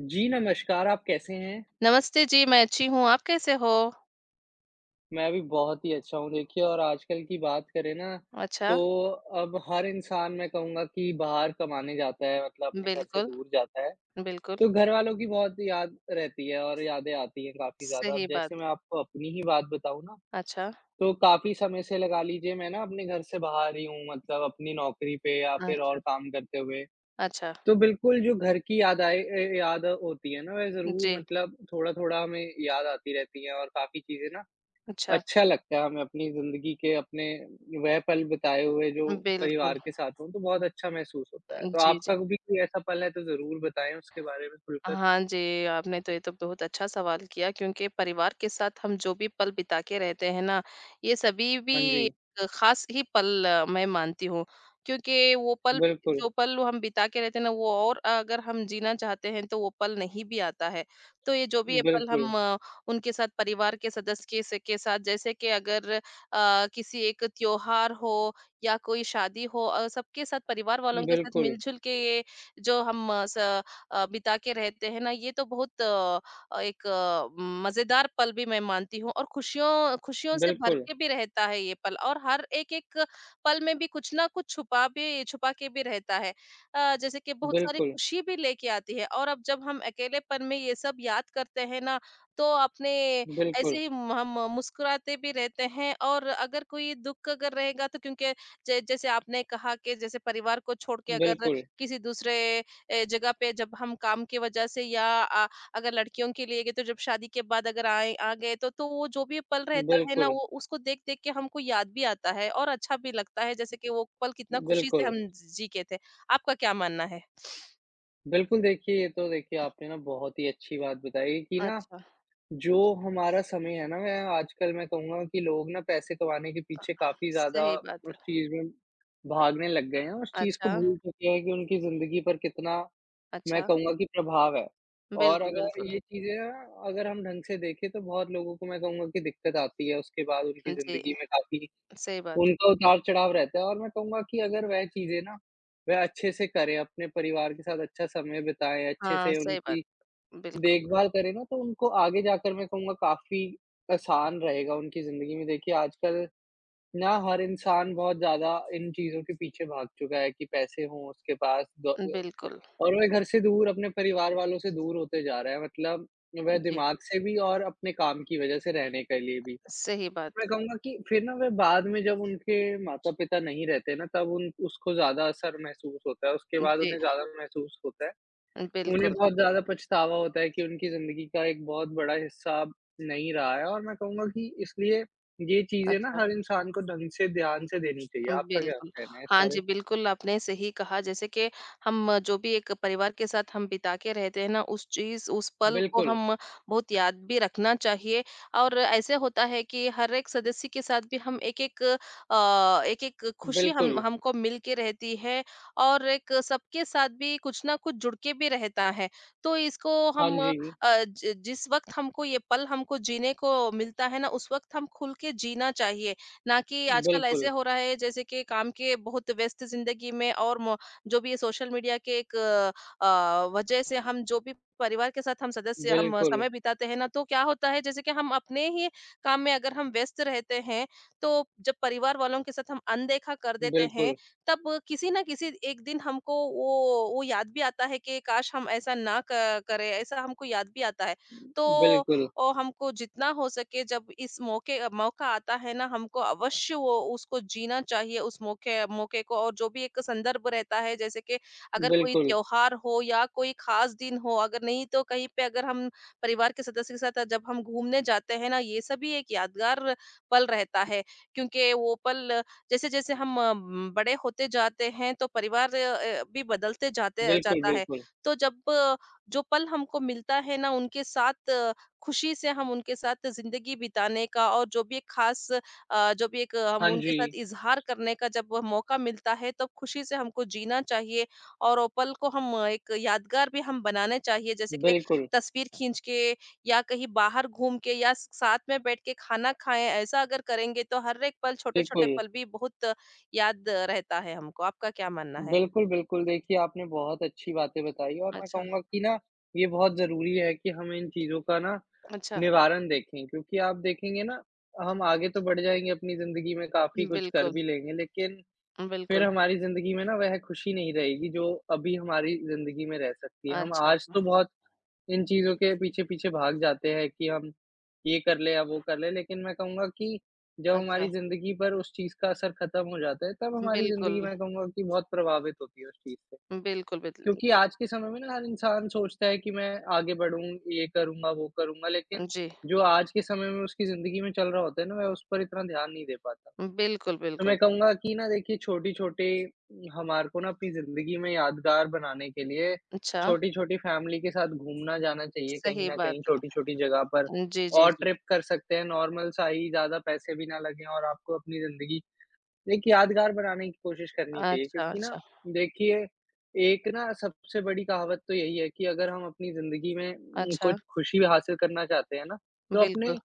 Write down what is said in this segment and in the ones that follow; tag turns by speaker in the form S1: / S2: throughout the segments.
S1: जी, नमस्कार, आप कैसे हैं?
S2: नमस्ते जी, मैं अच्छी हूँ, आप कैसे हो?
S1: मैं भी बहुत ही अच्छा हूँ देखिए और आजकल की बात करें ना, तो
S2: अच्छा।
S1: अब हर इंसान मैं कहूँगा कि बाहर कमाने जाता है मतलब अपने घर से
S2: बिल्कुल,
S1: दूर जाता है,
S2: बिल्कुल।
S1: तो घरवालों की बहुत याद रहती है और यादें आती हैं काफ़ी ज़्यादा। अब
S2: सही बात।
S1: जैसे मैं आपको अपनी ही बात बताऊँ ना,
S2: अच्छा,
S1: तो काफ़ी समय से लगा लीजिए मैं ना अपने घर से बाहर ही हूँ मतलब अपनी नौकरी पे या फिर और
S2: अच्छा,
S1: काम करते हुए।
S2: अच्छा।
S1: तो बिल्कुल जो घर की याद आए, याद होती है ना, वह ज़रूर
S2: जी।
S1: मतलब थोड़ा-थोड़ा हमें याद आती रहती है और काफ़ी चीज़ें ना
S2: अच्छा।
S1: अच्छा लगता है हमें अपनी ज़िंदगी के अपने वह पल बिताए हुए जो
S2: बिल्कुल।
S1: परिवार के साथ हों, तो बहुत अच्छा महसूस होता है। तो
S2: जी, जी।
S1: आपका भी कोई ऐसा पल है तो ज़रूर बताएँ उसके बारे में खुलकर?
S2: हाँ जी, आपने तो ये तो बहुत अच्छा सवाल किया क्योंकि परिवार के साथ हम जो भी पल बिता के रहते हैं ना, ये सभी
S1: हाँ
S2: भी
S1: जी,
S2: ख़ास ही पल, मैं मानती हूँ। क्योंकि वो पल
S1: बिल्कुल,
S2: जो पल वो हम बिता के रहते हैं ना, वो और अगर हम जीना चाहते हैं, तो वो पल नहीं भी आता है। तो ये जो भी ये पल
S1: बिल्कुल,
S2: हम, उनके साथ परिवार के सदस्य के स के साथ जैसे कि अगर, किसी एक त्योहार हो या कोई शादी हो, सबके साथ परिवार वालों के साथ
S1: बिल्कुल,
S2: मिल-जुल के ये जो हम स बिता के रहते हैं ना, ये तो बहुत, एक मज़ेदार पल भी मैं मानती हूँ और खुशियों खुशियों से भर
S1: बिल्कुल,
S2: के भी रहता है ये पल और हर एक-एक पल में भी कुछ ना कुछ छुपा भी छुपा के भी रहता है। जैसे कि बहुत सारी
S1: बिल्कुल,
S2: खुशी भी लेके आती है और अब जब हम अकेलेपन में ये सब याद करते हैं ना, तो अपने ऐसे
S1: बिल्कुल,
S2: ही हम मुस्कुराते भी रहते हैं और अगर कोई दुःख अगर रहेगा तो क्योंकि ज जैसे आपने कहा कि जैसे परिवार को छोड़ के अगर
S1: बिल्कुल,
S2: किसी दूसरे जगह पे जब हम काम की वजह से या, अगर लड़कियों के लिए गए तो जब शादी के बाद अगर आए आ गए तो वो जो भी पल रहता है ना
S1: बिल्कुल,
S2: वो उसको देख देख के हमको याद भी आता है और अच्छा भी लगता है जैसे कि वो पल कितना खुशी से
S1: बिल्कुल।
S2: हम जी के थे। आपका क्या मानना है?
S1: बिल्कुल, देखिए, ये तो देखिए आपने ना बहुत ही अच्छी बात बताई कि ना,
S2: अच्छा,
S1: जो हमारा समय है ना, मैं आजकल मैं कहूँगा कि लोग ना पैसे कमाने के पीछे काफ़ी ज़्यादा
S2: सही बात
S1: उस
S2: है।
S1: चीज़ में भागने लग गए हैं, उस चीज़ को
S2: अच्छा,
S1: भूल चुके हैं कि उनकी ज़िंदगी पर कितना मैं
S2: अच्छा।
S1: कहूँगा कि प्रभाव है। और
S2: बिल्कुल,
S1: अगर
S2: बिल्कुल।
S1: जी। ये चीज़ें ना अगर हम ढंग से देखें तो बहुत लोगों को मैं कहूँगा कि दिक्कत आती है, उसके बाद उनकी
S2: जी,
S1: ज़िंदगी में काफ़ी
S2: सही बात।
S1: उनका उतार-चढ़ाव रहता है और मैं कहूँगा कि अगर वह चीज़ें ना, वह अच्छे से करें, अपने परिवार के साथ अच्छा समय बिताएँ, अच्छे
S2: हाँ,
S1: से
S2: सही बात।
S1: उनकी
S2: बिल्कुल,
S1: देखभाल करें ना, तो उनको आगे जाकर मैं कहूँगा काफ़ी आसान रहेगा उनकी ज़िंदगी में। देखिए, आजकल ना हर इंसान बहुत ज़्यादा इन चीज़ों के पीछे भाग चुका है कि पैसे हों उसके पास द
S2: बिल्कुल।
S1: और वह घर से दूर अपने परिवार वालों से दूर होते जा रहा है, मतलब वह
S2: जी,
S1: दिमाग से भी और अपने काम की वज़ह से रहने के लिए भी।
S2: सही
S1: तो
S2: बात।
S1: मैं कहूँगा कि फिर ना वह बाद में जब उनके माता-पिता नहीं रहते ना, तब उन उसको ज़्यादा असर महसूस होता है, उसके बाद
S2: जी,
S1: उन्हें ज़्यादा महसूस होता है। उन्हें
S2: बिल्कुल।
S1: बहुत ज़्यादा पछतावा होता है कि उनकी ज़िंदगी का एक बहुत बड़ा हिस्सा अब नहीं रहा है और मैं कहूँगा कि इसलिए ये चीज़ें ना
S2: अच्छा।
S1: हर इंसान को ढंग से ध्यान से देनी चाहिए। आपका क्या
S2: बिल्कुल।
S1: कहना है इस
S2: हाँ
S1: बारे
S2: जी,
S1: में?
S2: बिल्कुल आपने सही कहा जैसे कि हम जो भी एक परिवार के साथ हम बिता के रहते हैं ना, उस चीज़ उस पल को
S1: बिल्कुल,
S2: हम बहुत याद भी रखना चाहिए और ऐसे होता है कि हर एक सदस्य के साथ भी हम एक-एक, एक-एक खुशी हम
S1: बिल्कुल।
S2: हमको मिल के रहती है और एक सबके साथ भी कुछ ना कुछ जुड़ के भी रहता है। तो इसको
S1: हाँ
S2: हम,
S1: जी,
S2: ज जिस वक़्त हमको ये पल हमको जीने को मिलता है ना, उस वक़्त हम खुल के जीना चाहिए। ना कि आजकल ऐसे
S1: बिल्कुल,
S2: हो रहा है जैसे कि काम के बहुत व्यस्त जिंदगी में और जो भी ये सोशल मीडिया के एक वजह से हम जो भी परिवार के साथ हम सदस्य हम
S1: बिल्कुल,
S2: समय बिताते हैं ना तो क्या होता है जैसे कि हम अपने ही काम में अगर हम व्यस्त रहते हैं तो जब परिवार वालों के साथ हम अनदेखा कर देते हैं
S1: बिल्कुल,
S2: तब किसी ना किसी एक दिन हमको वो याद भी आता है कि काश हम ऐसा ना करें ऐसा हमको याद भी आता है तो
S1: बिल्कुल,
S2: और हमको जितना हो सके जब इस मौके मौका आता है ना, हमको अवश्य वो उसको जीना चाहिए उस मौके मौके को और जो भी एक संदर्भ रहता है जैसे कि अगर कोई
S1: बिल्कुल,
S2: त्योहार हो या कोई ख़ास दिन हो, अगर नहीं तो कहीं पे अगर हम परिवार के सदस्य के साथ जब हम घूमने जाते हैं ना, ये सभी एक यादगार पल रहता है। क्योंकि वो पल जैसे-जैसे हम बड़े होते जाते हैं तो परिवार भी बदलते जाते
S1: बिल्कुल,
S2: जाता है।
S1: बिल्कुल।
S2: तो जब, जो पल हमको मिलता है ना, उनके साथ खुशी से हम उनके साथ ज़िंदगी बिताने का और जो भी एक ख़ास, जो भी एक, हम
S1: हाँ
S2: उनके साथ
S1: जी,
S2: इज़हार करने का जब वह मौका मिलता है, तब खुशी से हमको जीना चाहिए और वो पल को हम, एक यादगार भी हम बनाने चाहिए। जैसे कि
S1: बिल्कुल,
S2: तस्वीर खींच के या कहीं बाहर घूम के या स साथ में बैठ के खाना खाएँ, ऐसा अगर करेंगे तो हर एक पल छोटे-छोटे
S1: बिल्कुल।
S2: पल भी बहुत याद रहता है हमको। आपका क्या मानना है?
S1: बिल्कुल, बिल्कुल। देखिए, आपने बहुत अच्छी बातें बताई और मैं
S2: अच्छा,
S1: कहूँगा कि ना, ये बहुत ज़रूरी है कि हम इन चीज़ों का ना
S2: अच्छा।
S1: निवारण देखें, क्योंकि आप देखेंगे ना, हम आगे तो बढ़ जाएँगे अपनी ज़िंदगी में, काफ़ी कुछ कर
S2: बिल्कुल,
S1: भी लेंगे, लेकिन फिर
S2: बिल्कुल।
S1: हमारी ज़िंदगी में ना वह खुशी नहीं रहेगी जो अभी हमारी ज़िंदगी में रह सकती है। हम
S2: अच्छा,
S1: आज
S2: अच्छा,
S1: तो बहुत इन चीज़ों के पीछे-पीछे भाग जाते हैं कि हम ये कर लें या वो कर लें, लेकिन मैं कहूँगा कि जब
S2: अच्छा।
S1: हमारी ज़िंदगी पर उस चीज़ का असर खत्म हो जाता है, तब हमारी ज़िंदगी
S2: बिल्कुल।
S1: मैं कहूँगा कि बहुत प्रभावित होती है उस चीज़ से।
S2: बिल्कुल,
S1: क्योंकि
S2: बिल्कुल।
S1: आज के समय में ना हर इंसान सोचता है कि मैं आगे बढ़ूँ, ये करूँगा, वो करूँगा, लेकिन
S2: जी,
S1: जो आज के समय में उसकी ज़िंदगी में चल रहा होता है ना, वह उस पर इतना ध्यान नहीं दे पाता।
S2: बिल्कुल,
S1: तो मैं
S2: बिल्कुल।
S1: कहूँगा कि ना, देखिए, छोटी-छोटी हमारे को ना अपनी ज़िंदगी में यादगार बनाने के लिए
S2: अच्छा,
S1: छोटी-छोटी फैमिली के साथ घूमना जाना चाहिए, कहीं
S2: सही
S1: न कहीं
S2: बात
S1: छोटी-छोटी जगह पर,
S2: है। जी, जी,
S1: और
S2: जी।
S1: ट्रिप कर सकते हैं नॉर्मल सा ही, ज़्यादा पैसे भी ना लगें और आपको अपनी ज़िंदगी एक यादगार बनाने की कोशिश करनी चाहिए,
S2: अच्छा,
S1: क्योंकि ना,
S2: अच्छा,
S1: देखिए, एक ना सबसे बड़ी कहावत तो यही है कि अगर हम अपनी ज़िंदगी में कुछ
S2: अच्छा,
S1: खुशी हासिल करना चाहते हैं ना, तो
S2: बिल्कुल,
S1: अपने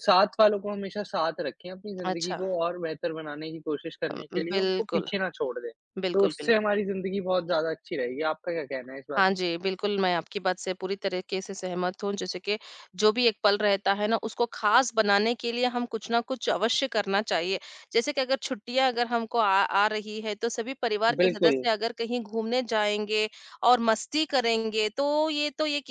S1: साथ वालों को हमेशा साथ रखें, अपनी ज़िंदगी
S2: अच्छा।
S1: को और बेहतर बनाने की कोशिश करने के लिए उनको
S2: बिल्कुल,
S1: पीछे ना छोड़ दें। तो
S2: बिल्कुल,
S1: उससे
S2: बिल्कुल।
S1: हमारी ज़िंदगी बहुत ज़्यादा अच्छी रहेगी। आपका क्या कहना है इस बारे
S2: हाँ
S1: में?
S2: जी, बिल्कुल, मैं आपकी बात से पूरी तरीके से सहमत हूँ। जैसे कि जो भी एक पल रहता है ना, उसको ख़ास बनाने के लिए हम कुछ न कुछ अवश्य करना चाहिए। जैसे कि अगर छुट्टियाँ अगर हमको आ आ रही है, तो सभी परिवार के
S1: बिल्कुल।
S2: सदस्य अगर कहीं घूमने जाएँगे और मस्ती करेंगे, तो ये तो एक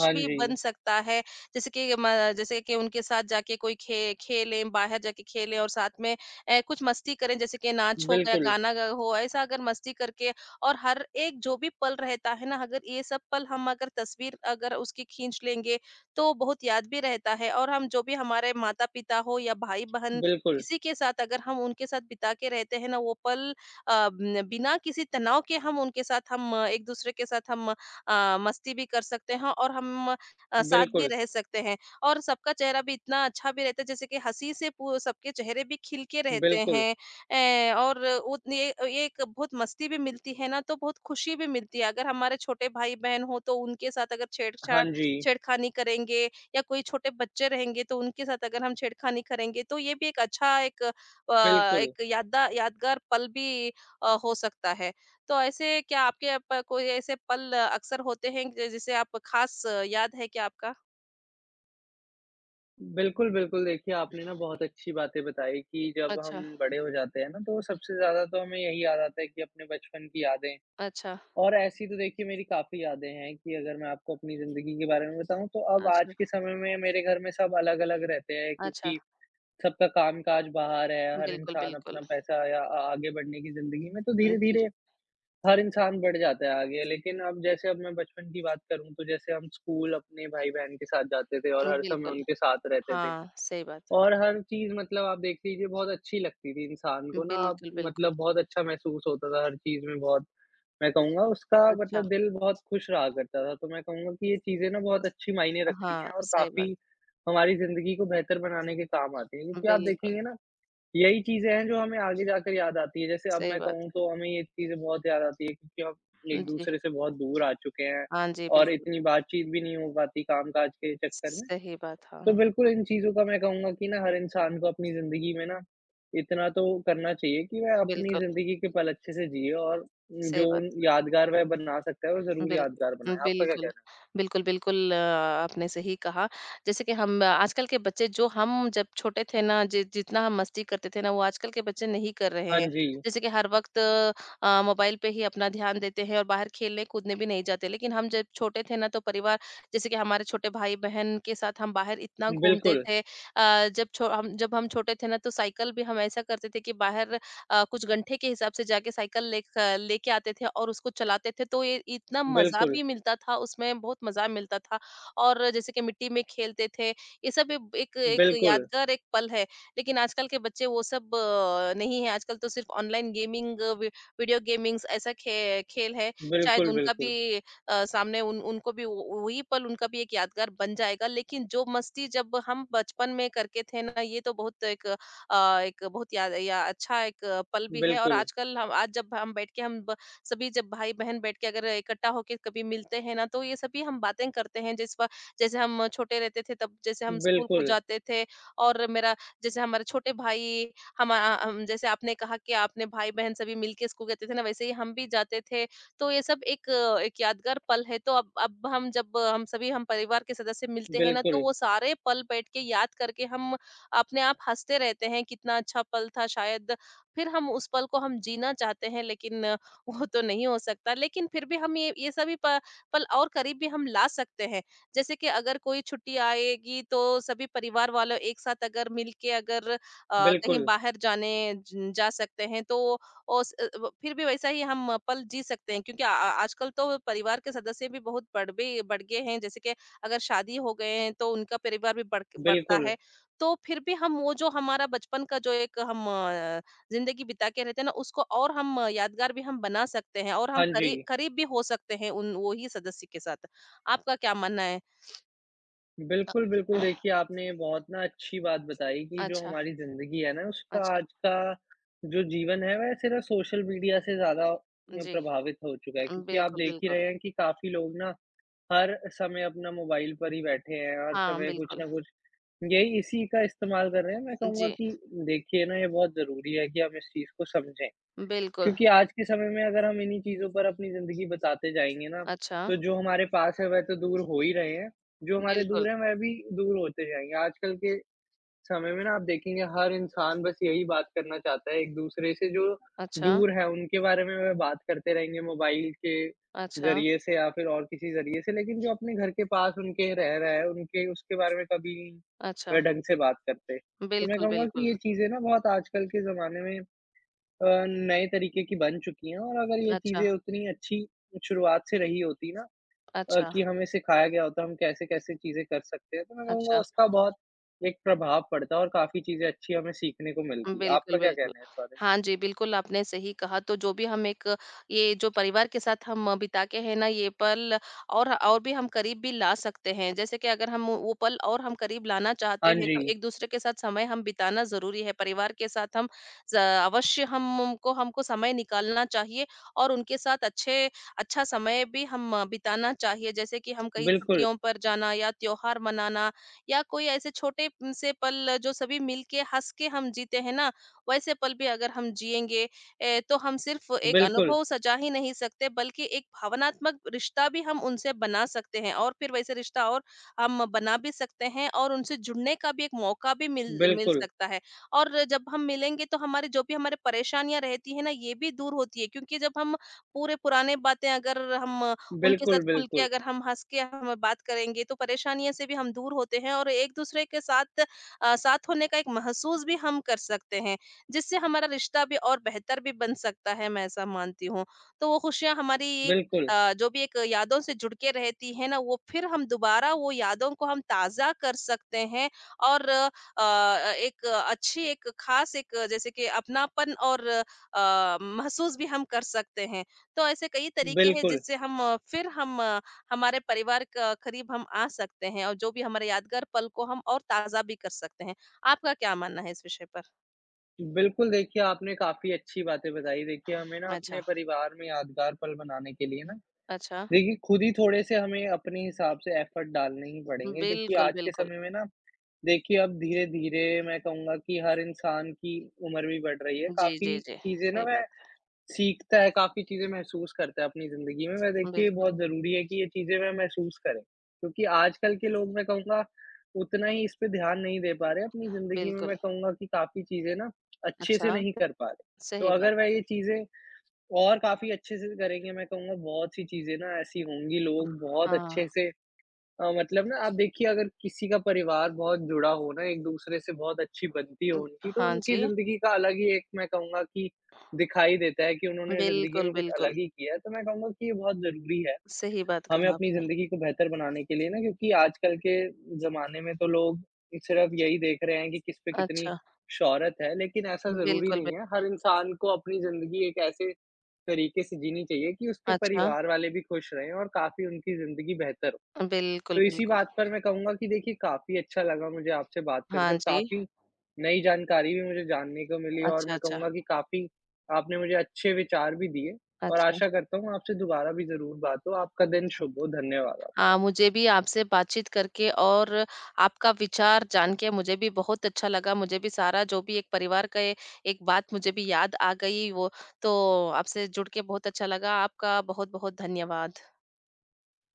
S1: हाँ
S2: भी
S1: जी।
S2: बन सकता है। जैसे कि म जैसे कि उनके साथ जाके कोई खे खेलें, बाहर जाके खेलें और साथ में कुछ मस्ती करें, जैसे कि नाच हो गया,
S1: बिल्कुल,
S2: गाना ग हो, ऐसा अगर मस्ती करके और हर एक जो भी पल रहता है ना, अगर ये सब पल हम अगर तस्वीर अगर उसकी खींच लेंगे, तो बहुत याद भी रहता है और हम जो भी हमारे माता-पिता हो या भाई-बहन,
S1: बिल्कुल,
S2: किसी के साथ अगर हम उनके साथ बिता के रहते हैं ना वो पल, न बिना किसी तनाव के हम उनके साथ हम एक-दूसरे के साथ हम, मस्ती भी कर सकते हैं और हम, साथ भी
S1: बिल्कुल,
S2: रह सकते हैं और सबका चेहरा भी इतना अच्छा भी रहता है जैसे कि हँसी से पू सबके चेहरे भी खिल के रहते
S1: बिल्कुल।
S2: हैं और उतनी, एक बहुत मस्ती भी मिलती है ना, तो बहुत खुशी भी मिलती है। अगर हमारे छोटे भाई-बहन हो तो उनके साथ अगर
S1: हाँ
S2: छेड़छाड़
S1: जी,
S2: छेड़खानी करेंगे या कोई छोटे बच्चे रहेंगे तो उनके साथ अगर हम छेड़खानी करेंगे तो ये भी एक अच्छा एक
S1: बिल्कुल।
S2: एक यादा यादगार पल भी हो सकता है। तो ऐसे क्या आपके प कोई ऐसे पल अक्सर होते हैं ज जिसे आप खास, याद है क्या आपका?
S1: बिल्कुल, बिल्कुल, देखिए, आपने ना बहुत अच्छी बातें बताई कि जब हम
S2: अच्छा,
S1: बड़े हो जाते हैं ना, तो सबसे ज़्यादा तो हमें यही याद आता है कि अपने बचपन की यादें,
S2: अच्छा,
S1: और ऐसी तो देखिए मेरी काफ़ी यादें हैं कि अगर मैं आपको अपनी ज़िंदगी के बारे में बताऊँ, तो अब
S2: अच्छा,
S1: आज के समय में मेरे घर में सब अलग-अलग रहते हैं,
S2: अच्छा।
S1: क्योंकि सबका काम-काज बाहर है, हर
S2: बिल्कुल,
S1: इंसान अपना
S2: बिल्कुल।
S1: पैसा या आ आगे बढ़ने की ज़िंदगी में, तो
S2: जी,
S1: धीरे-धीरे हर इंसान बढ़ जाता है आगे। लेकिन अब जैसे अब मैं बचपन की बात करूँ, तो जैसे हम स्कूल अपने भाई-बहन के साथ जाते थे और हर समय
S2: बिल्कुल।
S1: उनके साथ रहते थे,
S2: हाँ, सही बात।
S1: और हर चीज़ मतलब आप देख लीजिए बहुत अच्छी लगती थी इंसान को ना, आप
S2: बिल्कुल,
S1: मतलब
S2: बिल्कुल।
S1: बहुत अच्छा महसूस होता था, हर चीज़ में बहुत। मैं कहूँगा उसका
S2: अच्छा,
S1: मतलब दिल बहुत खुश रहा करता था, तो मैं कहूँगा कि ये चीज़ें ना बहुत अच्छी मायने रखती हैं
S2: हाँ,
S1: और
S2: सही बात।
S1: काफ़ी हमारी ज़िंदगी को बेहतर बनाने के काम आती हैं। क्योंकि आप
S2: बिल्कुल,
S1: देखेंगे ना, यही चीज़ें हैं जो हमें आगे जाकर याद आती हैं। जैसे अब
S2: सही
S1: मैं
S2: बात।
S1: कहूँ, तो हमें ये चीज़ें बहुत याद आती हैं, क्योंकि हम
S2: जी,
S1: एक-दूसरे से बहुत दूर आ चुके हैं
S2: हाँ जी,
S1: और
S2: बिल्कुल।
S1: इतनी बातचीत भी नहीं हो पाती काम-काज के चक्कर में।
S2: सही बात, हाँ,
S1: तो
S2: हाँ।
S1: बिल्कुल इन चीज़ों का मैं कहूँगा कि ना हर इंसान को अपनी ज़िंदगी में ना इतना तो करना चाहिए कि वह अपनी
S2: बिल्कुल,
S1: ज़िंदगी के पल अच्छे से जिए, और
S2: सही
S1: जो
S2: बात।
S1: उन यादगार वह बना सकता है, वो ज़रूर यादगार
S2: बिल्कुल,
S1: बनाए। आपका क्या
S2: बिल्कुल।
S1: कहना है?
S2: बिल्कुल, बिल्कुल, आपने सही कहा। जैसे कि हम आजकल के बच्चे जो हम जब छोटे थे ना जि जितना हम मस्ती करते थे ना वो आजकल के बच्चे नहीं कर रहे
S1: हाँ
S2: हैं।
S1: जी।
S2: जैसे कि हर वक़्त मोबाइल पे ही अपना ध्यान देते हैं और बाहर खेलने कूदने भी नहीं जाते। लेकिन हम जब छोटे थे ना तो परिवार जैसे कि हमारे छोटे भाई-बहन के साथ हम बाहर इतना घूमते
S1: बिल्कुल,
S2: थे। जब छो हम जब हम छोटे थे ना तो साइकिल भी हम ऐसा करते थे कि बाहर, कुछ घंटे के हिसाब से जाके साइकिल लेके आते थे और उसको चलाते थे, तो ये इतना मज़ा
S1: बिल्कुल,
S2: भी मिलता था, उसमें बहुत मज़ा मिलता था और जैसे कि मिट्टी में खेलते थे, ये सब ए एक एक
S1: बिल्कुल,
S2: यादगार एक पल है। लेकिन आजकल के बच्चे वो सब नहीं है, आजकल तो सिर्फ़ ऑनलाइन गेमिंग वी वीडियो गेमिंग्स ऐसा खे खेल है, शायद
S1: बिल्कुल,
S2: उनका
S1: बिल्कुल,
S2: भी, सामने उन उनको भी वो वही पल उनका भी एक यादगार बन जाएगा, लेकिन जो मस्ती जब हम बचपन में करके थे ना, ये तो बहुत एक, एक बहुत याद या अच्छा एक पल भी है और
S1: बिल्कुल,
S2: आजकल हम आज जब हम बैठ के हम सभी जब भाई बहन बैठ के अगर इकट्ठा होके कभी मिलते हैं ना तो ये सभी हम बातें करते हैं जिस जैसे हम छोटे रहते थे तब जैसे हम स्कूल को
S1: बिल्कुल,
S2: जाते थे और मेरा जैसे हमारे छोटे भाई हम जैसे आपने कहा कि आपने भाई बहन सभी मिलके स्कूल गए थे ना वैसे ही हम भी जाते थे तो ये सब एक एक यादगार पल है तो अब हम जब, हम सभी हम परिवार के सदस्य मिलते हैं ना तो
S1: बिल्कुल,
S2: वो सारे पल बैठ के याद करके हम अपने आप हँसते रहते हैं, कितना अच्छा पल था शायद। फिर हम उस पल को हम जीना चाहते हैं लेकिन वो तो नहीं हो सकता। लेकिन फिर भी हम ये सभी प पल और करीब भी हम ला सकते हैं। जैसे कि अगर कोई छुट्टी आएगी तो सभी परिवार वालों एक साथ अगर मिल के अगर, कहीं
S1: बिल्कुल,
S2: बाहर जाने ज जा सकते हैं तो ओस अ, व फिर भी वैसा ही हम पल जी सकते हैं क्योंकि आ आ आजकल तो परिवार के सदस्य भी बहुत बढ़ भी बढ़ गए हैं। जैसे कि अगर शादी हो गए हैं तो उनका परिवार भी बढ़ता
S1: बिल्कुल।
S2: है। तो फिर भी हम वो जो हमारा बचपन का जो एक हम, ज़िंदगी बिता के रहते हैं ना, उसको और हम यादगार भी हम बना सकते हैं और हम
S1: हाँ जी।
S2: करीब भी हो सकते हैं उन वो ही सदस्य के साथ। आपका क्या मानना है? अ,
S1: बिल्कुल, बिल्कुल। देखिए, आपने बहुत ना अच्छी बात बताई कि जो
S2: अच्छा,
S1: हमारी ज़िंदगी है ना, उसका
S2: अच्छा।
S1: आज का जो जीवन है, वह सिर्फ़ सोशल मीडिया से ज़्यादा
S2: जी,
S1: प्रभावित हो चुका है। क्योंकि आप
S2: बिल्कुल,
S1: देख ही
S2: बिल्कुल।
S1: रहे हैं कि काफ़ी लोग ना हर समय अपना मोबाइल पर ही बैठे हैं, हर
S2: हाँ,
S1: समय कुछ
S2: बिल्कुल।
S1: ना कुछ यही, इसी का इस्तेमाल कर रहे हैं। मैं कहूँगा
S2: जी,
S1: कि देखिए ना, ये बहुत ज़रूरी है कि हम इस चीज़ को समझें।
S2: बिल्कुल।
S1: क्योंकि आज के समय में अगर हम इन्हीं चीज़ों पर अपनी ज़िंदगी बचाते जाएँगे ना,
S2: अच्छा,
S1: तो जो हमारे पास है वह तो दूर हो ही रहे हैं, जो हमारे
S2: बिल्कुल।
S1: दूर हैं वह भी दूर होते जाएँगे। आजकल के समय में ना आप देखेंगे हर इंसान बस यही बात करना चाहता है एक-दूसरे से, जो
S2: अच्छा,
S1: दूर है उनके बारे में वह बात करते रहेंगे मोबाइल के
S2: अच्छा,
S1: ज़रिए से या फिर और किसी ज़रिए से, लेकिन जो अपने घर के पास उनके रह रहा है, उनके, उसके बारे में कभी नहीं
S2: अच्छा।
S1: वह ढंग से बात करते। तो मैं
S2: बिल्कुल,
S1: कहूँगा
S2: बिल्कुल।
S1: कि ये चीज़ें ना बहुत आजकल के ज़माने में अ, नए तरीके की बन चुकी हैं, और अगर ये
S2: अच्छा,
S1: चीज़ें उतनी अच्छी शुरुआत से रही होती ना,
S2: अच्छा,
S1: कि हमें सिखाया गया होता, हम कैसे-कैसे चीज़ें कर सकते हैं, तो मैं कहूँगा
S2: अच्छा।
S1: उसका बहुत एक प्रभाव पड़ता है और काफ़ी चीज़ें अच्छी हमें सीखने को मिलती। आपका
S2: बिल्कुल,
S1: क्या
S2: बिल्कुल।
S1: कहना है इस बारे में?
S2: हाँ जी, बिल्कुल आपने सही कहा तो जो भी हम एक ये जो परिवार के साथ हम बिता के है ना ये पल और भी हम करीब भी ला सकते हैं। जैसे कि अगर हम वो पल और हम करीब लाना चाहते
S1: हाँ
S2: हैं
S1: जी,
S2: तो एक-दूसरे के साथ समय हम बिताना ज़रूरी है। परिवार के साथ हम ज़ अवश्य हम उनको हमको समय निकालना चाहिए और उनके साथ अच्छे अच्छा समय भी हम बिताना चाहिए। जैसे कि हम कहीं
S1: बिल्कुल,
S2: छुट्टियों पर जाना या त्योहार मनाना या कोई ऐसे छोटे से पल जो सभी मिल के हँस के हम जीते हैं ना, वैसे पल भी अगर हम जिएँगे तो हम सिर्फ़ एक
S1: बिल्कुल,
S2: अनुभव सजा ही नहीं सकते बल्कि एक भावनात्मक रिश्ता भी हम उनसे बना सकते हैं और फिर वैसे रिश्ता और हम बना भी सकते हैं और उनसे जुड़ने का भी एक मौका भी मिल मिल
S1: बिल्कुल,
S2: सकता है। और जब हम मिलेंगे तो हमारी जो भी हमारी परेशानियाँ रहती हैं ना, ये भी दूर होती है क्योंकि जब हम पूरे पुराने बातें अगर हम उनके साथ
S1: बिल्कुल,
S2: खुल के
S1: बिल्कुल,
S2: अगर हम हँस के हम बात करेंगे तो परेशानियों से भी हम दूर होते हैं और एक-दूसरे के साथ, साथ होने का एक महसूस भी हम कर सकते हैं, जिससे हमारा रिश्ता भी और बेहतर भी बन सकता है, मैं ऐसा मानती हूँ। तो वो खुशियाँ हमारी
S1: बिल्कुल,
S2: जो भी एक यादों से जुड़ के रहती है ना, वो फिर हम दोबारा वो यादों को हम ताज़ा कर सकते हैं और एक अच्छी एक ख़ास एक जैसे कि अपनापन और महसूस भी हम कर सकते हैं। तो ऐसे कई तरीके हैं
S1: बिल्कुल।
S2: जिससे हम, फिर हम, हमारे परिवार क करीब हम आ सकते हैं और जो भी हमारे यादगार पल को हम और ताज़ा भी कर सकते हैं। आपका क्या मानना है इस विषय पर?
S1: बिल्कुल, देखिए, आपने काफ़ी अच्छी बातें बताई। देखिए, हमें ना अपने
S2: अच्छा,
S1: परिवार में यादगार पल बनाने के लिए ना,
S2: अच्छा।
S1: देखिए, खुद ही थोड़े से हमें अपने हिसाब से एफर्ट डालने ही पड़ेंगे, क्योंकि
S2: बिल्कुल,
S1: आज के
S2: बिल्कुल।
S1: समय में ना, देखिए, अब धीरे-धीरे मैं कहूँगा कि हर इंसान की उम्र भी बढ़ रही है।
S2: जी, जी,
S1: काफ़ी
S2: जी।
S1: चीज़ें ना
S2: सही
S1: वह
S2: बात है।
S1: सीखता है, काफ़ी चीज़ें महसूस करता है अपनी ज़िंदगी में। वह देखिए
S2: बिल्कुल,
S1: बहुत ज़रूरी है कि ये चीज़ें वह महसूस करें, क्योंकि आजकल के लोग मैं कहूँगा उतना ही इस पे ध्यान नहीं दे पा रहे हैं। अपनी ज़िंदगी में मैं
S2: बिल्कुल।
S1: कहूँगा कि काफ़ी चीज़ें ना अच्छे से
S2: अच्छा,
S1: नहीं कर पा रहे। तो
S2: सही बात।
S1: अगर वह ये चीज़ें और काफ़ी अच्छे से करेंगे, मैं कहूँगा बहुत सी चीज़ें ना ऐसी होंगी, लोग बहुत
S2: हाँ,
S1: अच्छे से मतलब ना, आप देखिए अगर किसी का परिवार बहुत जुड़ा हो ना, एक-दूसरे से बहुत अच्छी बनती हो उनकी, तो
S2: हाँ
S1: उनकी
S2: जी।
S1: ज़िंदगी का अलग ही एक मैं कहूँगा कि दिखाई देता है कि उन्होंने ज़िंदगी
S2: बिल्कुल,
S1: में कुछ अलग
S2: बिल्कुल।
S1: ही किया है, तो मैं कहूँगा कि ये बहुत ज़रूरी है।
S2: सही बात
S1: हमें
S2: कहा
S1: अपनी
S2: आपने।
S1: ज़िंदगी को बेहतर बनाने के लिए ना, क्योंकि आजकल के ज़माने में तो लोग सिर्फ़ यही देख रहे हैं कि किस पे कितनी
S2: अच्छा,
S1: शोहरत है, लेकिन ऐसा ज़रूरी
S2: बिल्कुल, बिल
S1: नहीं है। हर इंसान को अपनी ज़िंदगी एक ऐसे तरीके से जीनी चाहिए कि उसके
S2: अच्छा,
S1: परिवार वाले भी खुश रहें और काफ़ी उनकी ज़िंदगी बेहतर हो।
S2: बिल्कुल,
S1: तो इसी
S2: बिल्कुल।
S1: बात पर मैं कहूँगा कि देखिए, काफ़ी अच्छा लगा मुझे आपसे बात कर
S2: हाँ
S1: कर,
S2: जी।
S1: काफ़ी नई जानकारी भी मुझे जानने को मिली और
S2: अच्छा,
S1: मैं
S2: अच्छा।
S1: कहूँगा कि काफ़ी आपने मुझे अच्छे विचार भी दिए, और
S2: अच्छा।
S1: आशा करता हूँ आपसे दोबारा भी ज़रूर बात हो। आपका दिन शुभ हो। धन्यवाद आपका।
S2: हाँ, मुझे भी आपसे बातचीत करके और आपका विचार जान के मुझे भी बहुत अच्छा लगा। मुझे भी सारा जो भी एक परिवार का एक बात मुझे भी याद आ गई वो तो आपसे जुड़ के बहुत अच्छा लगा। आपका बहुत-बहुत धन्यवाद।